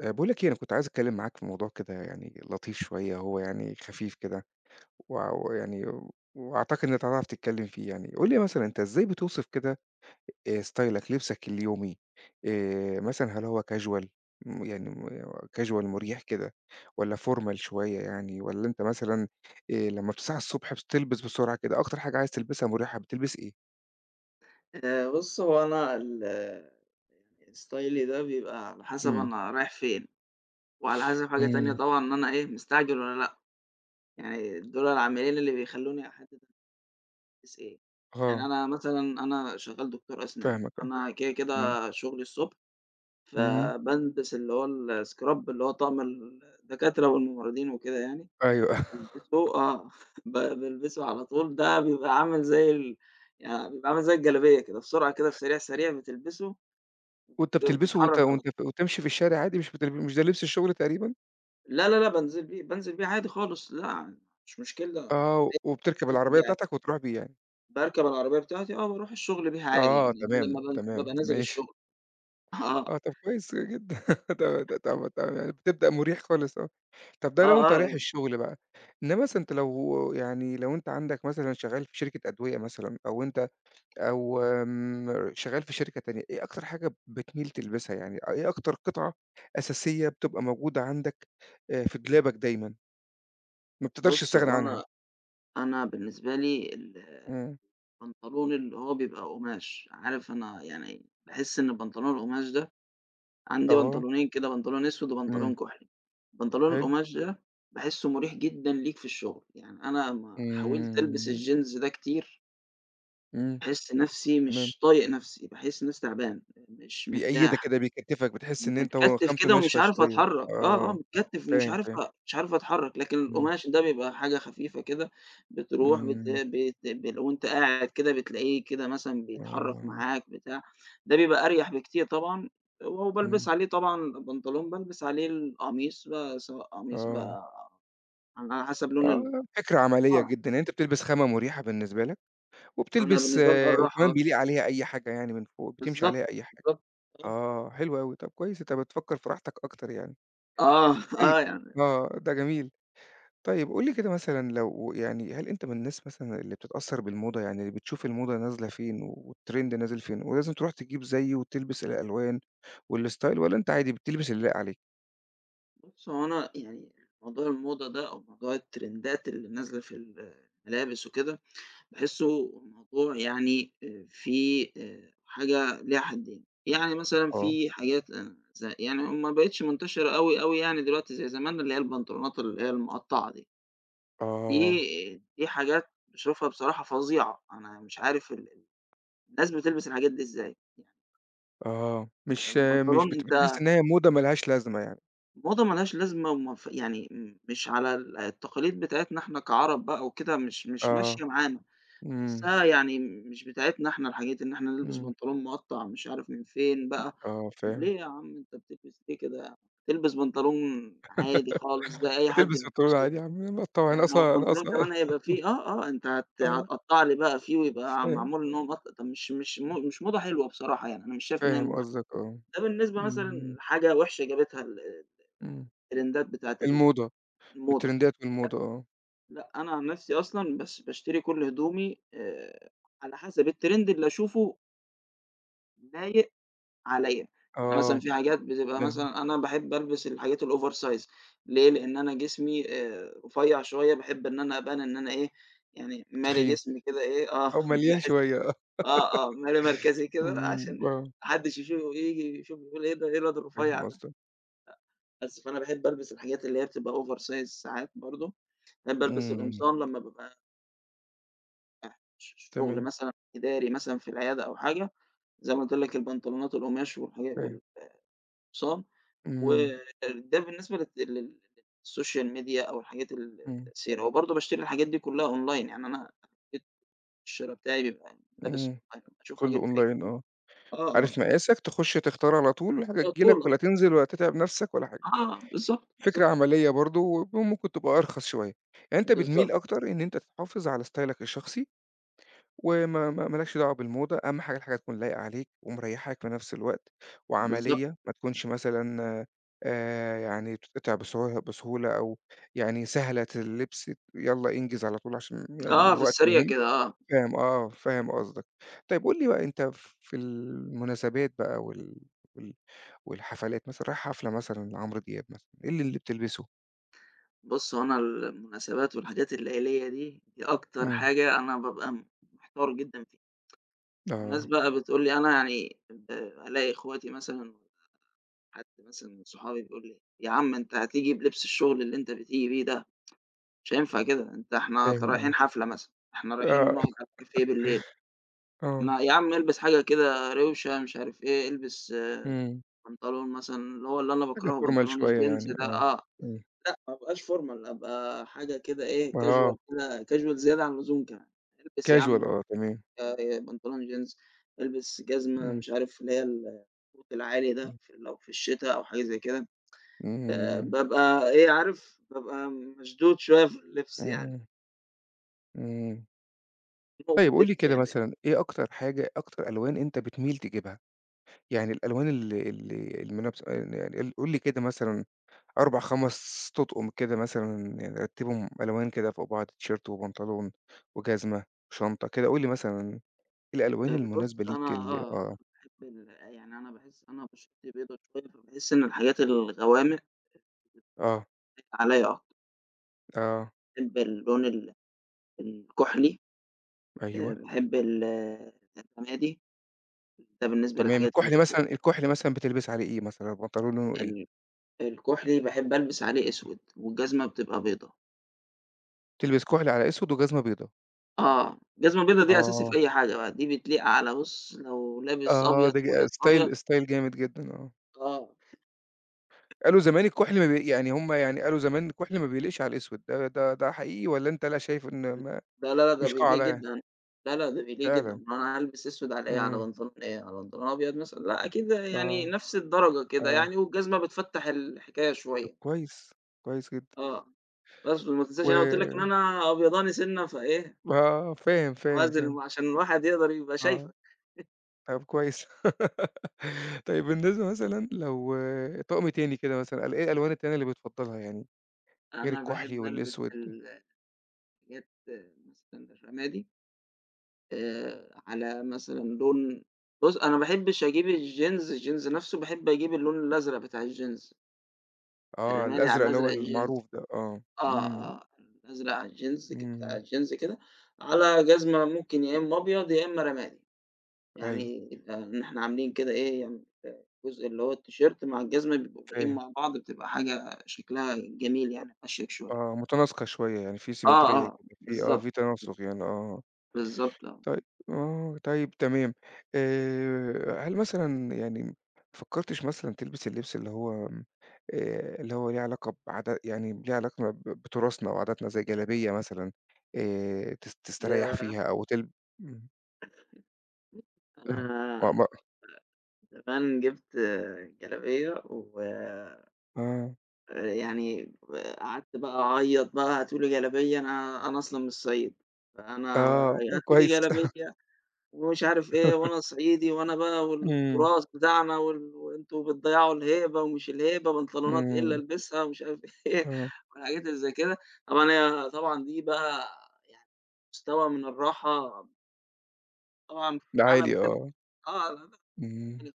باقول لك إيه، أنا كنت عايز أتكلّم معاك في موضوع كده يعني لطيف شوية، هو يعني خفيف كده، وع ويعني وأعتقد إن أنت هتعرف تتكلّم فيه يعني. قُل لي مثلًا أنت إزاي بتوصف كده ستايلك، لبسك اليومي، مثلًا هل هو casual م يعني م casual مريح كده، والّا formal شوية يعني، والّا أنت مثلًا لمّا بتصحى الصبح بتلبس بسرعة كده، أكتر حاجة عايز تلبسها مريحة بتلبس إيه؟ بُص، هو أنا يعني ستايلي ده بيبقى على حسب إمم. أنا رايح فين، وعلى حسب حاجة تانية إمم. طبعًا إن أنا إيه، مستعجل والّا لأ، يعني دول العاملين اللي بيخلّوني أحدد ألبس إيه، يعني آه، أنا مثلًا أنا شغّال دكتور أسنان، فاهمك آه. أنا كده، إمم. كده شغلي الصبح، إمم. فبالبس اللي هو السكراب اللي هو طقم الدكاترة والممرضين وكده يعني، أيوه. بالبسه آه، بالبسه على طول، ده بيبقى عامل زي يعني بيبقى عامل زي الجلابية كده، بسرعة كده سريع، سريع بتلبسه وأنت بتلبسه بتتحرك على طول. وأنت وتمشي في الشارع عادي، مش ده لبس الشغل تقريبًا؟ لا، لا، لأ، بانزل بيه عادي خالص، لأ، مش مشكلة، عادي آه، وبتركب بانزل العربية بيه عادي، بتاعتك وتروح بيه يعني. باركب العربية بتاعتي آه، باروح الشغل بيها عادي آه، يعني، ده تمام، لمّا تمام، بابقى نازل ماشي. الشغل آه، آه، طب كويس جدًا ده ده طب طب يعني بتبدأ مريح خالص آه. طب ده آه، لو أنت آه، رايح الشغل بقى، إنما مثلًا أنت لو يعني لو أنت عندك مثلًا شغال في شركة أدوية مثلًا، أو أنت أو شغال في شركة تانية، إيه أكتر حاجة بتميل تلبسها يعني، إيه أكتر قطعة أساسية بتبقى موجودة عندك، في دولابك دايمًا، ما بتقدرش بُص تستغنى هو عنها؟ أنا بالنسبة لي إمم. البنطلون اللي هو بيبقى قماش، عارف أنا يعني باحس إن البنطلون القماش ده عندي آه، بنطلونين كده، بنطلون أسود إمم، وبنطلون كحلي، البنطلون حلو. القماش ده باحسه مُريح جدًا ليك في الشغل، يعني أنا ما حاولت ألبس إمم، الجينز ده كتير إمم، باحس نَفْسي تمام. مش طايق نَفْسي، باحس نَفْسي تعبان، مش بيأيّدك مرتاح، كده، بيكتّفك، بتحس إن أنت متكتِّف خامته كده ومش ناشفة عارف شوية. أتحرّك، آه، آه، آه، متكتِّف ومش فاهم، عارف فاهم. مش عارف أتحرّك، لكن إمم، القماش ده بيبقى حاجة خفيفة كده بتروح بت إمم، بت بال وأنت قاعد كده بتلاقيه كده مثلًا بيتحرّك آه، معاك بتاع، ده بيبقى أريح بكتير طبعًا، وبالبس إمم، عليه طبعًا بنطلون، بالبس عليه القميص بقى سواء قميص آه، بقى على حسب لون ال آه، فكرة عملية آه، جدًا، يعني أنت بتلبس خامة مريحة بالنسبة لك، أنا وبتلبس بالنسبة لي آه وكمان الراحة بيليق عليها أي حاجة يعني من فوق، بتمشي بالضبط، عليها أي حاجة. بالضبط، آه، حلو أوي، طب كويس، أنت بتفكّر في راحتك أكتر يعني. آه، آه، طيب آه يعني آه، ده جميل. طيب قُل لي كده مثلًا، لو يعني هل أنت من الناس مثلًا اللي بتتأثّر بالموضة، يعني اللي بتشوف الموضة نازلة فين والtrend نازل فين ولازم تروح تجيب زيه وتلبس الألوان والstyle، والّا أنت عادي بتلبس اللي لايق عليك؟ بُص، هو أنا يعني موضوع الموضة ده أو موضوع الترندات اللي نازلة في الملابس وكده، باحسّه موضوع يعني فيه حاجة ليها حدّين، يعني مثلًا آه، في حاجات أنا يعني ما بقِتش منتشرة أوي، أوي يعني دلوقتي زي زمان اللي هي البنطلونات اللي هي المقطّعة دي، دي آه، دي حاجات باشوفها بصراحة فظيعة، أنا مش عارف الناس بتلبس الحاجات دي إزاي، آه، مش يعني مش البنطلون بت أنت بتحس إن هي موضة ما لهاش لازمة يعني. موضة ما لهاش لازمة وما يعني مش على التقاليد بتاعتنا إحنا كعرب بقى وكده، مش آه، ماشية معانا، إمم، باحسها يعني مش بتاعتنا إحنا الحاجات إن إحنا نلبس إمم. بنطلون مقطّع مش عارف من فين بقى، آه طب فاهم. ليه يا عم أنت بتلبس ليه كده؟ البس بنطلون عادي خالص زي أي حد بتلبس بنطلون بيلبسه، عادي يا عم مقطّعه، يعني يعني هو ناقصة البنطلون ناقصة كمان هيبقى فيه آه، آه، أنت هت آه، هتقطّع لي بقى فيه ويبقى فاهم، معمول إن هو مقطّع، طب مش موضة حلوة بصراحة يعني، أنا مش شايف إن هي فاهم موضة حلوة، قصدك آه، ده بالنسبة مثلًا إمم، لحاجة وِحشة جابتها إمم. الترندات بتاعة الموضة، الموضة. الترندات والموضة آه. لأ، أنا عن نفسي أصلًا بس باشتري كل هدومي على حسب الtrend اللي أشوفه لايق عليَّ، يعني مثلًا آه. في حاجات بتبقى نعم، مثلًا أنا باحب ألبس الحاجات الoversize ليه؟ لأن أنا جسمي رفيّع شوية باحب إن أنا أبان إن أنا إيه، يعني مالي تخين جسمي كده إيه آه، أو مليان باحس شوية آه. آه، آه، مالي مركزي كده عشان إمم، آه. ما حدش يشوف ييجي يشوف يقول إيه ده، إيه الواد الرفيّع فاهم ده، قصدك، بس فأنا باحب ألبس الحاجات اللي هي بتبقى oversize ساعات برضه، باحب ألبس إمم، القمصان لمّا بابقى شغل تمام، مثلًا إداري مثلًا في العيادة أو حاجة، زي ما قُلت لك البنطلونات القماش فاهم، والقمصان، إمم، وده بالنسبة للت لل للسوشيال ميديا أو الحاجات إمم، التأثير، هو برضه باشتري الحاجات دي كلّها أونلاين، يعني أنا الشرا بتاعي بيبقى ملابس إمم، أونلاين، لمّا أشوف حاجة كلّه أونلاين بتعجبني آه، آه، آه، عارف مقاسك تخش تختار على طول، الحاجة على تيجي لك طول ولا تنزل ولا تتعب نفسك ولا حاجة، آه، آه، بالضبط، فكرة بالضبط، عملية برضه وممكن تبقى أرخص شوية، يعني أنت بتميل بالضبط، أكتر إن أنت تحافظ على ستايلك الشخصي وما ما ما لكش دعوة بالموضة، أهم حاجة الحاجة تكون لايقة عليك ومريّحاك في نفس الوقت، بالضبط، وعملية، ما تكونش مثلًا يعني بتتقطع بسهولة، أو يعني سهلة اللبس، يالّا انجز على طول عشان يعني آه، في الوقت السريع مهم، كده آه، فاهم آه، فاهم قصدك. طيب قُل لي بقى أنت في المناسبات بقى وال والحفلات مثلًا، رايح حفلة مثلًا لعمرو دياب مثلًا، إيه اللي اللي بتلبسه؟ بُص هو أنا المناسبات والحاجات العيلية دي، دي أكتر إمم، حاجة أنا بابقى محتار جدًا فيها. الناس آه، بقى بتقول لي أنا يعني ألاقي إخواتي مثلًا حد مثلًا من صحابي بيقول لي: "يا عم أنت هتيجي بلبس الشغل اللي أنت بتيجي بيه ده، مش هينفع كده، أنت إحنا رايحين فاهم حفلة مثلًا، إحنا رايحين آه، نقعد على الكافيه بالليل، آه، آه، ما يا عم البس حاجة كده روشة مش عارف إيه، البس آه، إمم، بنطلون مثلًا" اللي هو اللي أنا حاجة باكرهه formal بنطلون شوية الجينز يعني، ده آه، آه، إمم. لأ ما ابقاش formal أبقى حاجة كده إيه casual آه، كده casual زيادة عن اللزوم كمان، البس يا casual عم آه، تمام. بنطلون جينز، البس جزمة إمم، مش عارف اللي هي الكوت العالي ده إمم، لو في الشتا أو حاجة زي كده، إمم، بابقى إيه عارف، بابقى مشدود شوية في اللبس يعني، إمم، إمم. مخنوق في طيب قُل لي اللبس كده يعني. مثلًا، إيه أكتر حاجة، أكتر ألوان أنت بتميل تجيبها؟ يعني الألوان ال ال المنابس يعني قُل لي كده مثلًا 4، 5 تطقم كده مثلًا، يعني رتّبهم ألوان كده فوق بعض، تيشيرت وبنطلون وجزمة وشنطة كده، قُل لي مثلًا إيه الألوان بُص المناسبة أنا ليك آه، آه، أنا باحب يعني أنا باحس أنا بشرتي بيضا شوية، فباحس إن الحاجات الغوامق آه، جات عليّا أكتر، آه، باحب اللون الكحلي، أيوه، باحب الرمادي، ده بالنسبة تمام. للحاجات اللي الكُحْل فوق مثلًا، الكُحْل مثلًا بتلبس عليه إيه مثلًا، البنطلون لونه إيه؟ ال الكحلي باحب ألبس عليه أسود والجزمة بتبقى بيضا. بتلبس كُحْل على أسود وجزمة بيضا. آه، الجزمة البيضا دي أساسي في آه، أي حاجة بقى، دي بتليق على بُص لو لابس آه، أبيض، ده آه، أبيض، أبيض ستايل ستايل جامد جدًا آه. آه، قالوا زمان الكحل ما بي يعني هم يعني قالوا زمان الكحل ما بيليقش على الأسود، ده حقيقي والّا أنت لأ شايف إن ما لا، لا، لا، ده مش بيليق قاعدة يعني؟ جدًا، لا، لا، ده بيليق جدًا، فعلًا، أمال أنا هالبس أسود على إيه، على إمم، بنطلون إيه، على بنطلون أبيض مثلًا، لأ أكيد يعني آه، نفس الدرجة كده آه، يعني، والجزمة بتفتح الحكاية طب شوية، كويس، كويس جدًا آه، بس وما تنساش و أنا قُلت لك إن أنا أبيضاني سِنّة فإيه، آه، فاهم، فاهم، فاهم، عازل عشان الواحد يقدر يبقى آه، شايفك، طب كويس. طيب بالنسبة مثلًا لو طقم تاني كده مثلًا، إيه الألوان التانية اللي بتفضّلها يعني غير أنا الكحلي باحب ألبس والأسود؟ الحاجات مثلًا الرمادي على مثلًا لون بُص أنا ما باحبش أجيب الجينز نَفْسه، باحب أجيب اللون الأزرق بتاع الجينز، آه، الرمادي على الأزرق اللي هو الأزرق المعروف الجينز. ده، آه، آه، إمم، آه، الأزرق على الجينز بتاع إمم، الجينز كده، على جزمة ممكن يا إمّا أبيض يا إمّا رمادي، أيوه. يعني يبقى إن إحنا عاملين كده إيه، يعني الجزء اللي هو التيشيرت مع الجزمة بيبقوا لايقين فاهم، مع بعض، بتبقى حاجة شكلها جميل يعني، بيبقى شيك شوية. آه، متناسقة شوية، يعني في آه، سيمترية آه، كده، في آه، بالضبط، في تناسق يعني آه، بالضبط آه. طيب آه، طيب تمام، هل مثلًا يعني ما فكّرتش مثلًا تلبس اللبس اللي هو اللي هو ليه علاقة بعادا، يعني ليه علاقة ب بتراثنا وعاداتنا زي جلابية مثلًا، تستريّح ياه! فيها أو إمم، آه، ما أنا ما زمان جِبت جلابية ويعني آه، قعدت بقى أعيّط بقى هاتوا لي جلابية أنا أصلًا من الصعيد، فأنا آه، طب هاتوا لي كويس جلابية ومش عارف إيه وأنا صعيدي وأنا بقى إمم، والتراث بتاعنا وأنتم بتضيّعوا الهيبة ومش الهيبة، بنطلونات إيه اللي إمم، ألبسها ومش عارف إيه آه، والحاجات اللي زي كده. طبعًا هي طبعًا دي بقى يعني مستوى من الراحة طبعًا في ده عالم عالي تاني آه، آه لا، لا، إمم.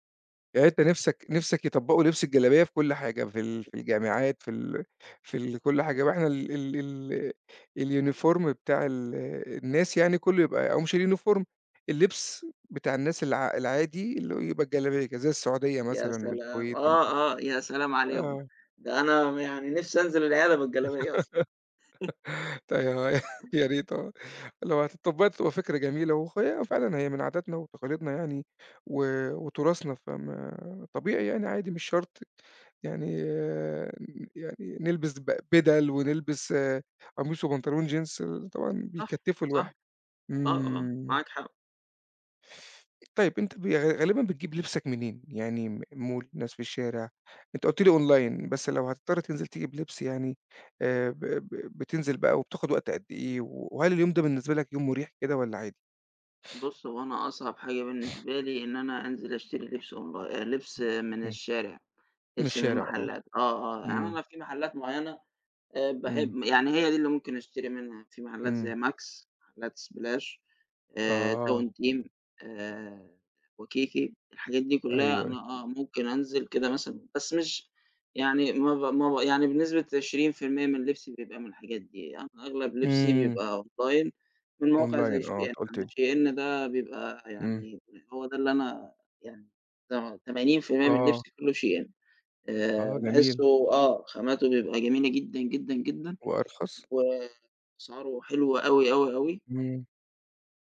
يعني أنت نِفْسك نِفْسك يطبّقوا لبس الجلابية في كل حاجة، في الجامعات، في ال في ال كل حاجة بقى إحنا ال ال ال اليونيفورم بتاع ال الناس يعني كُلّه يبقى، أو مش اليونيفورم، اللبس بتاع الناس العادي اللي هو يبقى الجلابية كده، زي السعودية يا مثلًا سلام! والكويت وال آه، آه، يا سلام عليهم! آه. ده أنا يعني نِفْسي أنزل العيادة بالجلابية أصلًا. يا يا ريت آه، لو هتطبّقها تبقى فكرة جميلة، وهي فعلًا هي من عاداتنا وتقاليدنا يعني و وتراثنا، فما طبيعي يعني عادي مش شرط يعني آه، يعني نلبس بدل ونلبس آه، قميص وبنطلون جينز طبعًا صح، بيكتّفوا صح، الواحد. آه، آه، إمم. معاك حق. طيب أنت ب غالبًا بتجيب لبسك منين؟ يعني مول، ناس في الشارع؟ أنت قُلت لي أونلاين، بس لو هتضطر تنزل تجيب لبس يعني ب ب بتنزل بقى وبتاخد وقت قد إيه؟ وهل اليوم ده بالنسبة لك يوم مريح كده والّا عادي؟ بُص، هو أنا أصعب حاجة بالنسبة لي إن أنا أنزل أشتري لبس أونلا لبس من إمم. الشارع، من لبس من الشارع آه. المحلات، آه، آه، يعني إمم، أنا في محلات معيّنة إمم، باحب يعني هي دي اللي ممكن أشتري منها، في محلات إمم. زي ماكس، محلات سبلاش، آه، تاون تيم آآ وكيكي، الحاجات دي كلّها أيوه. أنا آه، ممكن أنزل كده مثلًا، بس مش يعني ما ب ما ب يعني بنسبة 20% من لبسي بيبقى من الحاجات دي، أنا أغلب لبسي إمم. بيبقى online من موقع زي أونلاين آه، shein، أنت قُلت أنا لي. shein ده بيبقى إمم. يعني هو ده اللي أنا يعني ت 80% من آه، لبسي كلّه shein آه جميل. باحسّه آه، خاماته بيبقى جميلة جدًا، جدًا، جدًا، وأرخص؟ وأسعاره حلوة أوي، أوي، أوي إمم.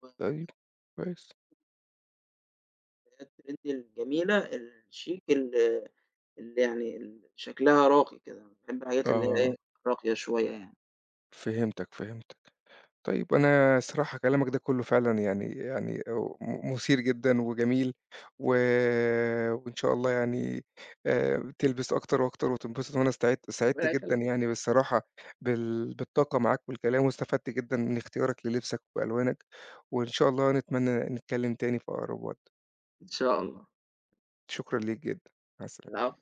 و طيب كويس. الترند الجميلة الشيك اللي يعني شكلها راقي كده، باحب الحاجات اللي هي إيه، آه، راقية شوية يعني، فهمتك، فهمت. طيب أنا الصراحة كلامك ده كله فعلًا يعني مثير جدًا وجميل، و وإن شاء الله يعني تلبس أكتر وأكتر وتنبسط، وأنا سعدت ربنا جدًا يخلّيك، يعني بالصراحة بالطاقة معاك والكلام، واستفدت جدًا من اختيارك للبسك وألوانك، وإن شاء الله نتمنى نتكلم تاني في أقرب وقت. إن شاء الله، شكرًا ليك جدًا، مع السلامة. العفو.